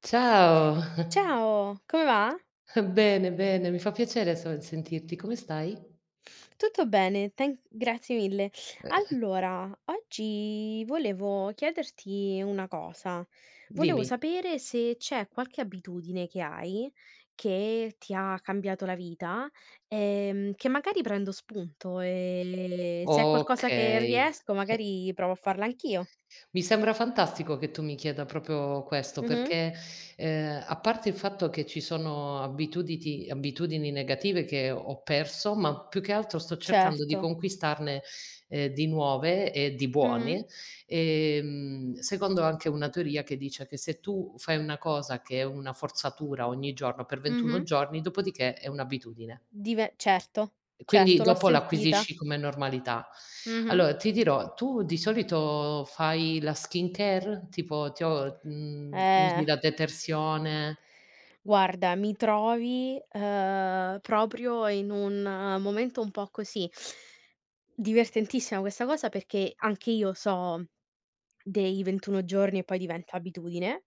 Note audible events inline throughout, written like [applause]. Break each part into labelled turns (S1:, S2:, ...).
S1: Ciao, [laughs]
S2: Ciao, come va?
S1: bene, bene, mi fa piacere sentirti. Come stai?
S2: Tutto bene, tan grazie mille.
S1: Eh.
S2: Allora, oggi volevo chiederti una cosa. Volevo
S1: Dimmi.
S2: sapere se c'è qualche abitudine che hai, che ti ha cambiato la vita, che magari prendo spunto e se è qualcosa che
S1: Okay.
S2: riesco magari provo a farla anch'io.
S1: Mi sembra fantastico che tu mi chieda proprio questo,
S2: Mh-mh.
S1: perché, a parte il fatto che ci sono abituditi abitudini negative che ho perso, ma più che altro sto cercando di
S2: Certo.
S1: conquistarne, di nuove e di
S2: Mh-mh.
S1: buone, secondo anche una teoria che dice che se tu fai una cosa che è una forzatura ogni giorno per 21
S2: Mh-mh.
S1: giorni, dopodiché è un'abitudine.
S2: Dive Certo,
S1: Quindi
S2: certo, l'ho
S1: dopo
S2: sentita.
S1: l'acquisisci come normalità.
S2: Mh-mh.
S1: Allora ti dirò, tu di solito fai la skincare? Usi
S2: Eh.
S1: la detersione?
S2: Guarda, mi trovi, proprio in un momento un po' così. Divertentissima questa cosa perché anche io so dei 21 giorni e poi diventa abitudine.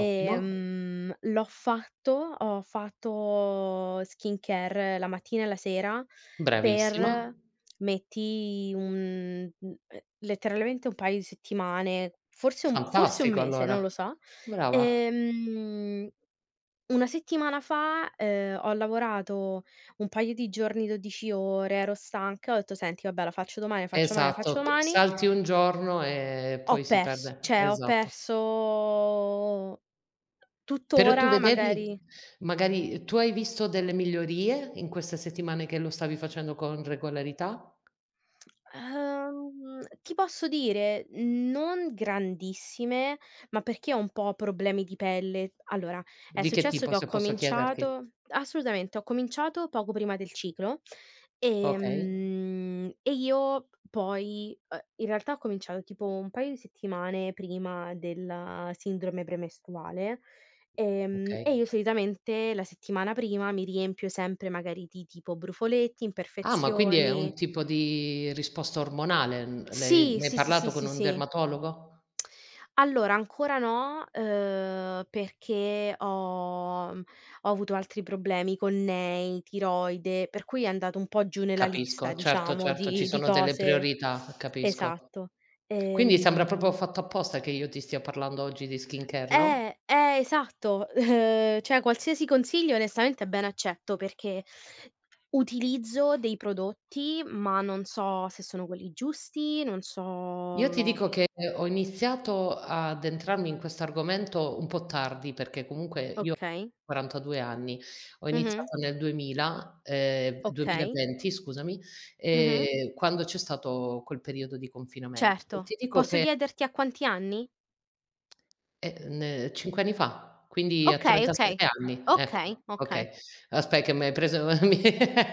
S1: Ottimo,
S2: l'ho fatto, ho fatto skincare la mattina e la sera
S1: bravissima,
S2: per, metti, letteralmente un paio di settimane, forse un
S1: fantastico
S2: mese, non
S1: allora.
S2: lo so.
S1: Brava,
S2: Ehm una settimana fa, ho lavorato un paio di giorni, 12 ore, ero stanca, ho detto: "Senti vabbè la faccio domani, la faccio domani, la faccio
S1: esatto, t
S2: domani".
S1: salti un giorno e
S2: Ho
S1: poi si
S2: pers
S1: perde,
S2: cioè ho
S1: esatto.
S2: perso
S1: Però tu
S2: tutt'ora
S1: vedevi
S2: magari.
S1: magari tu hai visto delle migliorie in queste settimane che lo stavi facendo con regolarità?
S2: Ti posso dire, non grandissime, ma perché ho un po' problemi di pelle. Allora, è
S1: Di che
S2: successo
S1: tipo,
S2: che ho
S1: se posso chiederti?
S2: cominciato assolutamente, ho cominciato poco prima del ciclo,
S1: Okay.
S2: e io poi, in realtà ho cominciato tipo un paio di settimane prima della sindrome premestruale,
S1: Okay.
S2: e io solitamente la settimana prima mi riempio sempre magari di tipo brufoletti,
S1: Ah, ma quindi è
S2: imperfezioni
S1: un tipo di risposta ormonale, n lei
S2: sì,
S1: ne hai
S2: sì, sì, sì,
S1: parlato con
S2: sì,
S1: un
S2: sì.
S1: dermatologo?
S2: Allora ancora no, perché ho avuto altri problemi, connei, tiroide, per cui è andato un po' giù nella lista
S1: Capisco, certo,
S2: diciamo
S1: certo, ci
S2: di
S1: sono delle
S2: cose.
S1: priorità, capisco.
S2: Esatto.
S1: Quindi sembra proprio
S2: Ehm
S1: fatto apposta che io ti stia parlando oggi di skincare, no?
S2: eh, esatto. [laughs] Cioè qualsiasi consiglio onestamente è ben accetto, perché utilizzo dei prodotti, ma non so se sono quelli giusti, non
S1: Io ti
S2: so.
S1: dico che ho iniziato ad entrarmi in questo argomento un po' tardi, perché comunque io ho
S2: Okay.
S1: 42 anni, ho
S2: Mh-mh.
S1: iniziato nel 2000,
S2: Okay.
S1: 2020, scusami,
S2: Mh-mh.
S1: quando c'è stato quel periodo di confinamento. E
S2: Certo.
S1: ti dico
S2: Posso
S1: che
S2: chiederti a quanti anni?
S1: n 5 anni fa, quindi a
S2: Okay, okay.
S1: 37 anni, ecco,
S2: Okay, okay.
S1: okay. Aspe che m'hai preso [laughs] mi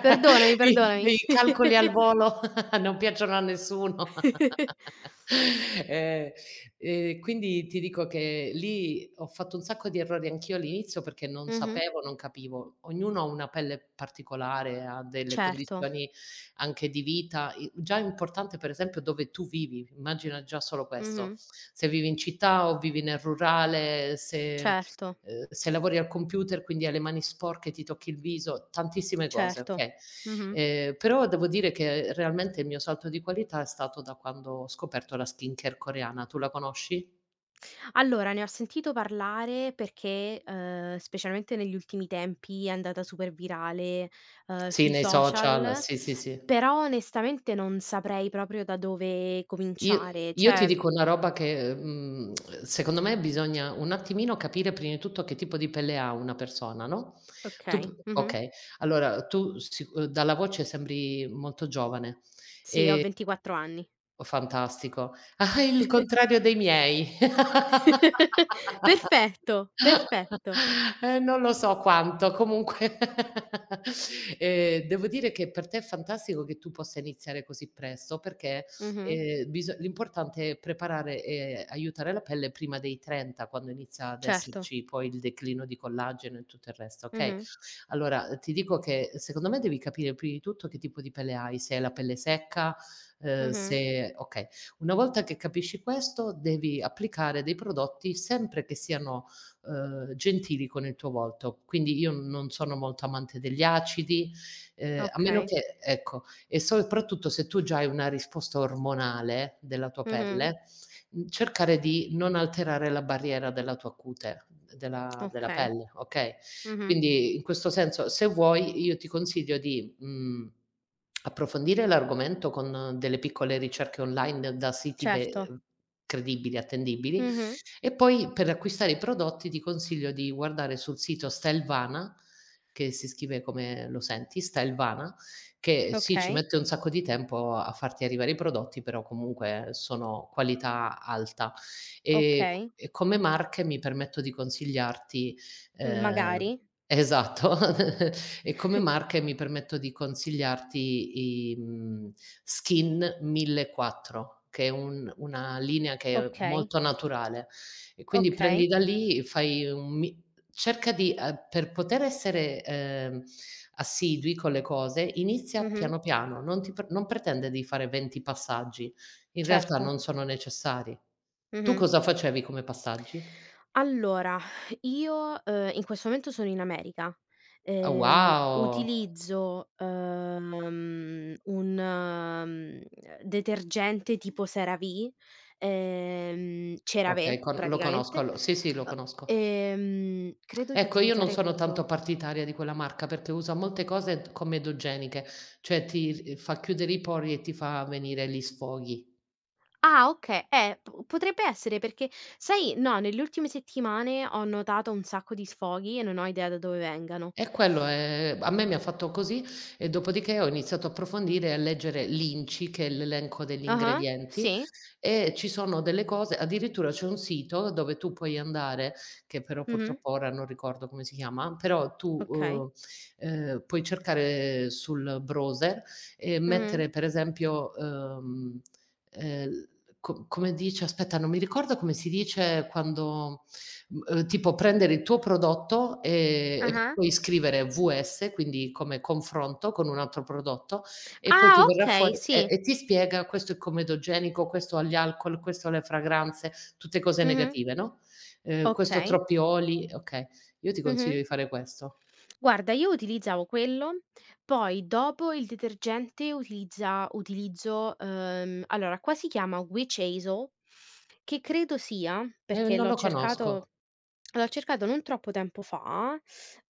S2: Perdonami,
S1: i
S2: perdonami.
S1: i calcoli al volo, [laughs] non piacciono a nessuno. [laughs]
S2: [laughs]
S1: Ehm, quindi ti dico che lì ho fatto un sacco di errori anch'io all'inizio, perché non
S2: Mh-mh.
S1: sapevo, non capivo. Ognuno ha una pelle particolare, ha delle
S2: Certo.
S1: condizioni anche di vita. I Già è importante per esempio dove tu vivi, immagina già solo questo.
S2: Mh-mh.
S1: Se vivi in città o vivi nel rurale, se ehm,
S2: Certo,
S1: se lavori al computer, quindi hai le mani sporche, ti tocchi il viso, tantissime cose,
S2: certo.
S1: okay.
S2: Mh-mh.
S1: Però devo dire che realmente il mio salto di qualità è stato da quando ho scoperto la skincare coreana. Tu la conosci?
S2: Allora ne ho sentito parlare perché, specialmente negli ultimi tempi è andata super virale,
S1: Sì,
S2: sui
S1: nei social,
S2: social,
S1: sì, sì, sì.
S2: però onestamente non saprei proprio da dove
S1: Io
S2: cominciare,
S1: io ti
S2: cioè.
S1: dico una roba che, secondo me bisogna un attimino capire prima di tutto che tipo di pelle ha una persona, no, tu
S2: Okay.
S1: p
S2: Mh-mh.
S1: okay, allora tu sic dalla voce sembri molto giovane,
S2: Sì, ho
S1: ehm
S2: 24 anni.
S1: Oh, fantastico. Ah, il
S2: [laughs]
S1: contrario dei miei. [laughs]
S2: Perfetto, perfetto.
S1: Non lo so quanto, comunque, [laughs] devo dire che per te è fantastico che tu possa iniziare così presto, perché,
S2: Mh-mh.
S1: biso l'importante è preparare e aiutare la pelle prima dei 30, quando inizia ad
S2: Certo.
S1: esserci poi il declino di collagene e tutto il resto, okay?
S2: Mh-mh.
S1: Allora, ti dico che secondo me devi capire prima di tutto che tipo di pelle hai, se hai la pelle secca,
S2: Mh-mh.
S1: se okay. Una volta che capisci questo, devi applicare dei prodotti sempre che siano, gentili con il tuo volto. Quindi io non sono molto amante degli acidi, a meno
S2: Okay.
S1: che, ecco, e soprattutto se tu già hai una risposta ormonale della tua
S2: Mh-mh.
S1: pelle, cercare di non alterare la barriera della tua cute, della
S2: Okay.
S1: pelle, okay?
S2: Mh-mh.
S1: Quindi in questo senso, se vuoi, io ti consiglio di approfondire l'argomento con delle piccole ricerche online, da siti ve
S2: Certo.
S1: credibili, attendibili,
S2: Mh-mh.
S1: e poi per acquistare i prodotti ti consiglio di guardare sul sito Stelvana, che si scrive come lo senti, Stelvana, che sì, ci
S2: Okay.
S1: mette un sacco di tempo a farti arrivare i prodotti, però comunque sono qualità alta. E c
S2: Okay.
S1: e come marche mi permetto di consigliarti
S2: Magari.
S1: ehm esatto. [laughs] E come
S2: [laughs]
S1: marche mi permetto di consigliarti Skin 1004, che è un una linea che è
S2: Okay.
S1: molto naturale. E quindi prendi
S2: Okay.
S1: da lì, fai un mi cerca di, per poter essere, assidui con le cose, inizia
S2: Mh-mh.
S1: piano piano, non pretende di fare 20 passaggi. In realtà
S2: Certo.
S1: non sono necessari. Tu
S2: Mh-mh.
S1: cosa facevi come passaggi?
S2: Allora, io, in questo momento sono in America.
S1: Ah, wow!
S2: Utilizzo, un detergente tipo CeraVe, ehm,
S1: Okay,
S2: CeraVe
S1: con lo conosco,
S2: praticamente,
S1: allo sì, sì, lo
S2: uhm,
S1: conosco.
S2: credo di
S1: Ecco, io non
S2: utilizzare
S1: sono tanto
S2: quello.
S1: partitaria di quella marca perché usa molte cose t commedogeniche, cioè ti r fa chiudere i pori e ti fa venire gli sfoghi.
S2: Ah, okay, p potrebbe essere perché sai no, nelle ultime settimane ho notato un sacco di sfoghi e non ho idea da dove vengano.
S1: E quello è, a me mi ha fatto così, e dopodiché ho iniziato a approfondire e a leggere l'INCI, che è l'elenco degli
S2: Ah-ah,
S1: ingredienti,
S2: sì,
S1: e ci sono delle cose, addirittura c'è un sito dove tu puoi andare, che però
S2: mh-mh,
S1: purtroppo ora non ricordo come si chiama, però tu,
S2: okay.
S1: puoi cercare sul browser e
S2: Mh-mh.
S1: mettere per esempio, ehm, eh, co come dice, aspetta, non mi ricordo come si dice quando Tipo prendere il tuo prodotto, e
S2: Ah-ah.
S1: poi scrivere VS, quindi come confronto con un altro prodotto, e poi
S2: Ah,
S1: ti verrà
S2: okay,
S1: fuori e
S2: sì.
S1: e ti spiega: "Questo è comedogenico, questo ha gli alcol, questo ha le fragranze", tutte cose
S2: Mh-mh.
S1: negative, no, "Questo ha
S2: Okay.
S1: troppi oli", okay. Io ti consiglio
S2: Mh-mh.
S1: di fare questo.
S2: Guarda, io utilizzavo quello, poi dopo il detergente utilizza utilizzo, allora qua si chiama Witch Hazel, che credo sia perché
S1: Non
S2: l'ho
S1: lo
S2: cercato
S1: conosco.
S2: l'ho cercato non troppo tempo fa,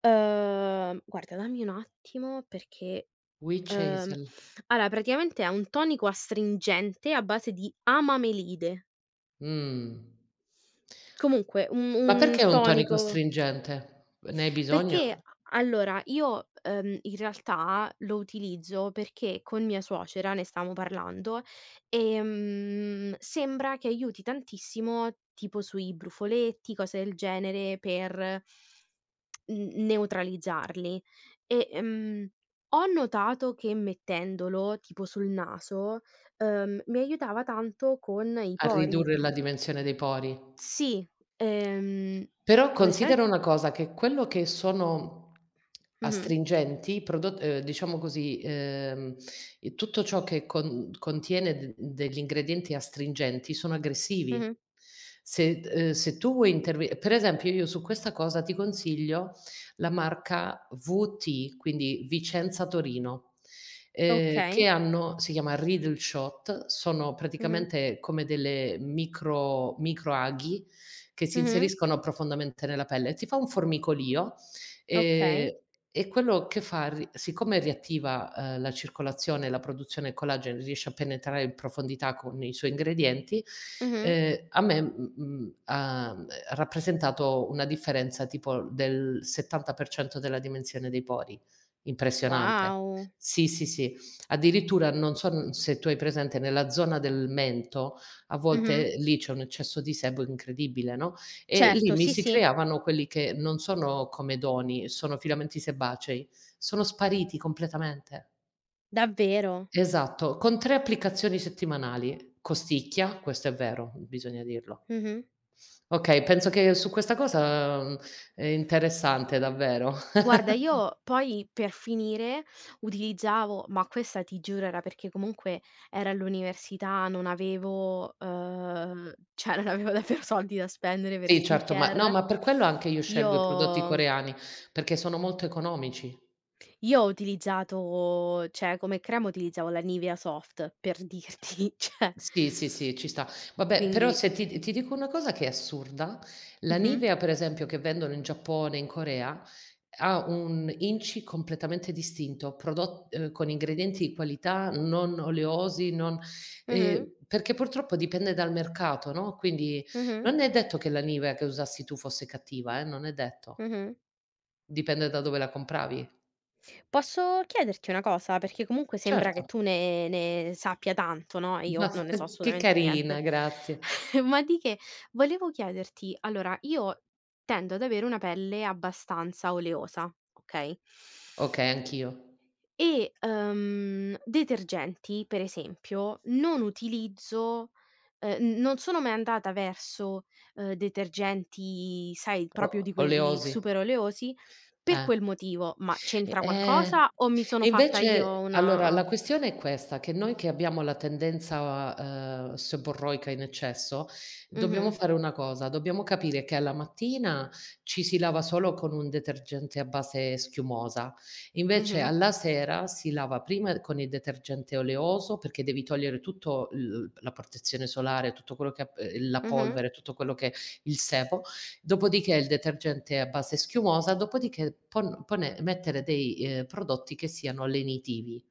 S2: guarda dammi un attimo perché,
S1: Witch
S2: uhm,
S1: hazel.
S2: allora praticamente è un tonico astringente a base di amamelide.
S1: Mh.
S2: Comunque un
S1: Ma
S2: un
S1: perché un tonico
S2: tonico.
S1: astringente? Ne hai
S2: Perché
S1: bisogno?
S2: a Allora io, in realtà lo utilizzo perché con mia suocera ne stavamo parlando, sembra che aiuti tantissimo, tipo sui brufoletti, cose del genere per n neutralizzarli. E, ho notato che mettendolo tipo sul naso, mi aiutava tanto con i
S1: A
S2: pori.
S1: ridurre la dimensione dei pori?
S2: Sì, ehm,
S1: Però
S2: onestamen
S1: considera una cosa, che quello che sono
S2: mh-mh.
S1: astringenti, i prodott diciamo così, i tutto ciò che contiene de degli ingredienti astringenti sono
S2: Mh-mh.
S1: aggressivi. Se tu vuoi interve per esempio, io su questa cosa ti consiglio la marca VT, quindi Vicenza Torino, che
S2: Okay.
S1: hanno, si chiama Riedl Shot, sono
S2: Mh-mh.
S1: praticamente come delle microaghi che si
S2: Mh-mh.
S1: inseriscono profondamente nella pelle. Ti fa un formicolio, ehm,
S2: Okay.
S1: e quello che fa, ri siccome riattiva, la circolazione e la produzione del collagene, riesce a penetrare in profondità con i suoi ingredienti,
S2: Mh-mh.
S1: a me, ha, rappresentato una differenza tipo del 70% della dimensione dei pori. Impressionante.
S2: Wow.
S1: Sì, sì, sì. Addirittura, non so n se tu hai presente nella zona del mento, a
S2: Mh-mh.
S1: volte lì c'è un eccesso di sebo incredibile, no, e lì
S2: Certo,
S1: mi
S2: sì,
S1: si
S2: sì,
S1: creavano quelli che non sono comedoni, sono filamenti sebacei, sono spariti completamente.
S2: davvero.
S1: Esatto, con 3 applicazioni settimanali. Costicchia, questo è vero, bisogna dirlo.
S2: Mh-mh.
S1: Okay, penso che su questa cosa, è interessante davvero.
S2: Guarda,
S1: [laughs]
S2: io poi per finire utilizzavo ma questa ti giuro era perché comunque era all'università, non avevo, [laughs] cioè non avevo davvero soldi da spendere per
S1: Sì, certo, ma no,
S2: skincare.
S1: ma per quello anche io scelgo i prodotti
S2: Io
S1: coreani, perché sono molto economici.
S2: io ho utilizzato cioè come crema utilizzavo la Nivea Soft per [laughs] dirti, cioè
S1: Sì, sì, sì, ci sta. Vabbè, però
S2: quindi.
S1: se ti dico una cosa che è assurda, la
S2: Mh-mh.
S1: Nivea per esempio che vendono in Giappone, in Corea, ha un inci completamente distinto, prodot con ingredienti di qualità, non oleosi, non
S2: Mh-mh.
S1: perché purtroppo dipende dal mercato, no, quindi
S2: Mh-mh.
S1: non è detto che la Nivea che usassi tu fosse cattiva, non è detto.
S2: Mh-mh.
S1: Dipende da dove la compravi.
S2: Posso chiederti una cosa? Perché comunque sembra
S1: Certo.
S2: che tu ne sappia tanto, no, e io
S1: Ma
S2: non ne so
S1: [laughs] che
S2: assolutamente niente.
S1: carina, grazie.
S2: [laughs] Ma di che? Volevo chiederti allora, io tendo ad avere una pelle abbastanza oleosa, okay?
S1: Okay, anch'io.
S2: E, detergenti per esempio non utilizzo non sono mai andata verso, detergenti, sai,
S1: O
S2: proprio di quelli
S1: Oleosi.
S2: super oleosi per
S1: Eh.
S2: quel motivo, ma
S1: E
S2: c'entra
S1: eh,
S2: qualcosa o mi sono
S1: e
S2: fatta io
S1: invece allora
S2: una.
S1: la questione è questa, che noi che abbiamo la tendenza, seborroica in eccesso, dobbiamo
S2: Mh-mh,
S1: fare una cosa, dobbiamo capire che alla mattina ci si lava solo con un detergente a base schiumosa, invece
S2: mh-mh,
S1: alla sera si lava prima con il detergente oleoso, perché devi togliere tutto l la protezione solare, tutto quello che ha, la
S2: mh-mh,
S1: polvere, tutto quello che, il sebo, dopodiché il detergente a base schiumosa, dopodiché mettere dei prodotti che siano lenitivi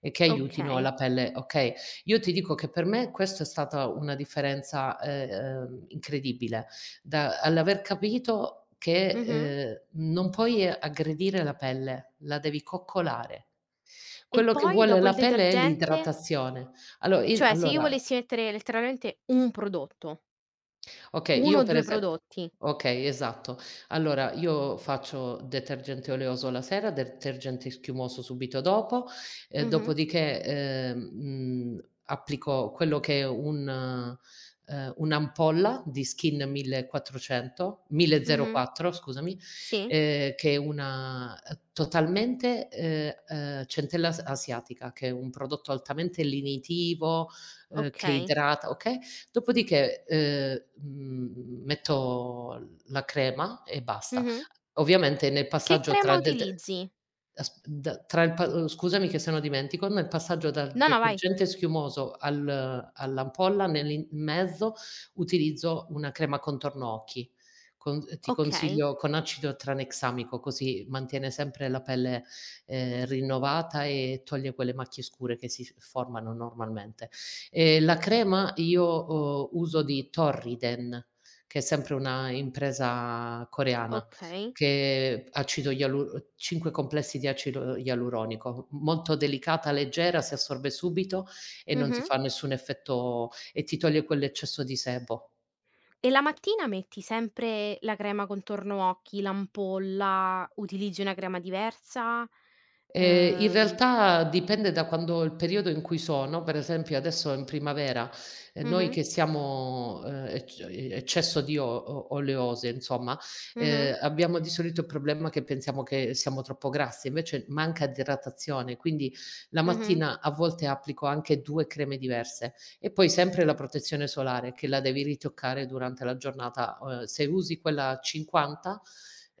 S1: e che aiutino
S2: okay,
S1: la pelle, okay. Io ti dico che per me questa è stata una differenza, incredibile, da all'aver capito che,
S2: mh-mh.
S1: non puoi aggredire la pelle, la devi coccolare.
S2: E
S1: Quello che
S2: poi
S1: vuole
S2: dopo il
S1: la pelle è
S2: detergente?
S1: l'idratazione.
S2: Cioè se io
S1: Allora,
S2: volessi mettere letteralmente un prodotto,
S1: okay,
S2: uno
S1: io
S2: o
S1: per
S2: 2
S1: esem
S2: prodotti.
S1: okay, esatto. Allora io faccio detergente oleoso la sera, detergente schiumoso subito dopo,
S2: Mh-mh,
S1: dopodiché, applico quello che è un'ampolla di Skin 1400
S2: mh-mh,
S1: 1004, scusami,
S2: sì,
S1: che è una, totalmente, centella as asiatica, che è un prodotto altamente lenitivo, che
S2: okay.
S1: idrata, okay. Dopodiché, metto la crema e basta.
S2: Mh-mh.
S1: Ovviamente nel
S2: Che
S1: passaggio
S2: crema
S1: tra dete
S2: utilizzi?
S1: as da tra il pa scusami, che se no dimentico, nel passaggio dal
S2: No, no, vai.
S1: detergente schiumoso al all'ampolla, nell'in mezzo utilizzo una crema contorno occhi. Con ti
S2: Okay,
S1: consiglio con acido tranexamico, così mantiene sempre la pelle, rinnovata, e toglie quelle macchie scure che si f formano normalmente. La crema io, uso di Torriden, che è sempre una impresa coreana,
S2: okay.
S1: che acido ialu 5 complessi di acido ialuronico, m molto delicata, leggera, si assorbe subito e non ti
S2: Mh-mh.
S1: fa nessun effetto e ti toglie quell'eccesso di sebo.
S2: E la mattina metti sempre la crema contorno occhi, l'ampolla, utilizzi una crema diversa?
S1: In
S2: Ehm
S1: realtà dipende da quando, il periodo in cui sono, per esempio adesso in primavera, noi
S2: mh-mh,
S1: che siamo, ec eccesso di o oleose insomma,
S2: mh-mh,
S1: abbiamo di solito il problema che pensiamo che siamo troppo grassi, invece manca di idratazione, quindi la
S2: mh-mh,
S1: mattina a volte applico anche 2 creme diverse. E poi sempre la protezione solare, che la devi ritoccare durante la giornata, se usi quella a 50,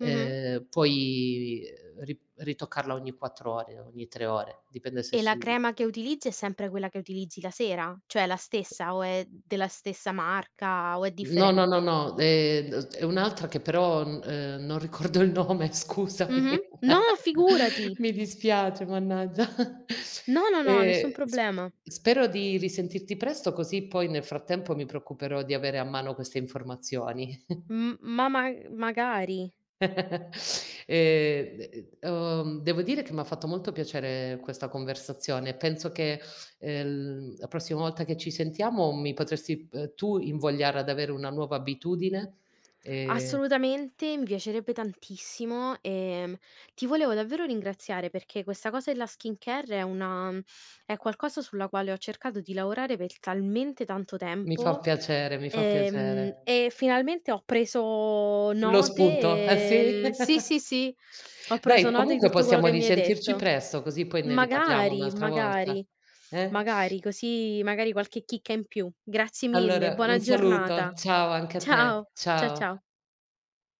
S2: mh-mh.
S1: puoi, ri ritoccarla ogni 4 ore, ogni 3 ore, dipende se
S2: E la
S1: sudi.
S2: crema che utilizzi è sempre quella che utilizzi la sera? Cioè è la stessa o è della stessa marca o è
S1: No, no, no,
S2: differente?
S1: no, d è un'altra che però, n non ricordo il nome, [laughs] scusami.
S2: Mh-mh. No, figurati.
S1: [laughs] Mi dispiace, mannaggia.
S2: No, no, no, nessun
S1: Sp
S2: problema.
S1: spero di risentirti presto, così poi nel frattempo mi preoccuperò di avere a mano queste informazioni.
S2: M ma magari.
S1: [laughs] D Devo dire che m'ha fatto molto piacere questa conversazione. Penso che, la prossima volta che ci sentiamo mi potresti, tu invogliare ad avere una nuova abitudine, ehm,
S2: Assolutamente, mi piacerebbe tantissimo, ti volevo davvero ringraziare perché questa cosa della skincare è una mhmm, è qualcosa sulla quale ho cercato di lavorare per talmente tanto
S1: mi fa
S2: tempo,
S1: piacere, mi fa piacere.
S2: e finalmente ho preso
S1: Lo
S2: note,
S1: spunto, eh sì. [laughs]
S2: sì, sì, sì, ho preso
S1: Dai,
S2: nota di
S1: comunque
S2: tutto quello
S1: possiamo
S2: che mi hai
S1: risentirci
S2: detto.
S1: presto, così poi ne riparliamo
S2: Magari,
S1: un'altra volta,
S2: magari,
S1: eh?
S2: magari, così magari qualche chicca in più. Grazie mille,
S1: Allora
S2: buona
S1: un saluto,
S2: giornata.
S1: ciao anche a te.
S2: Ciao,
S1: Ciao.
S2: ciao.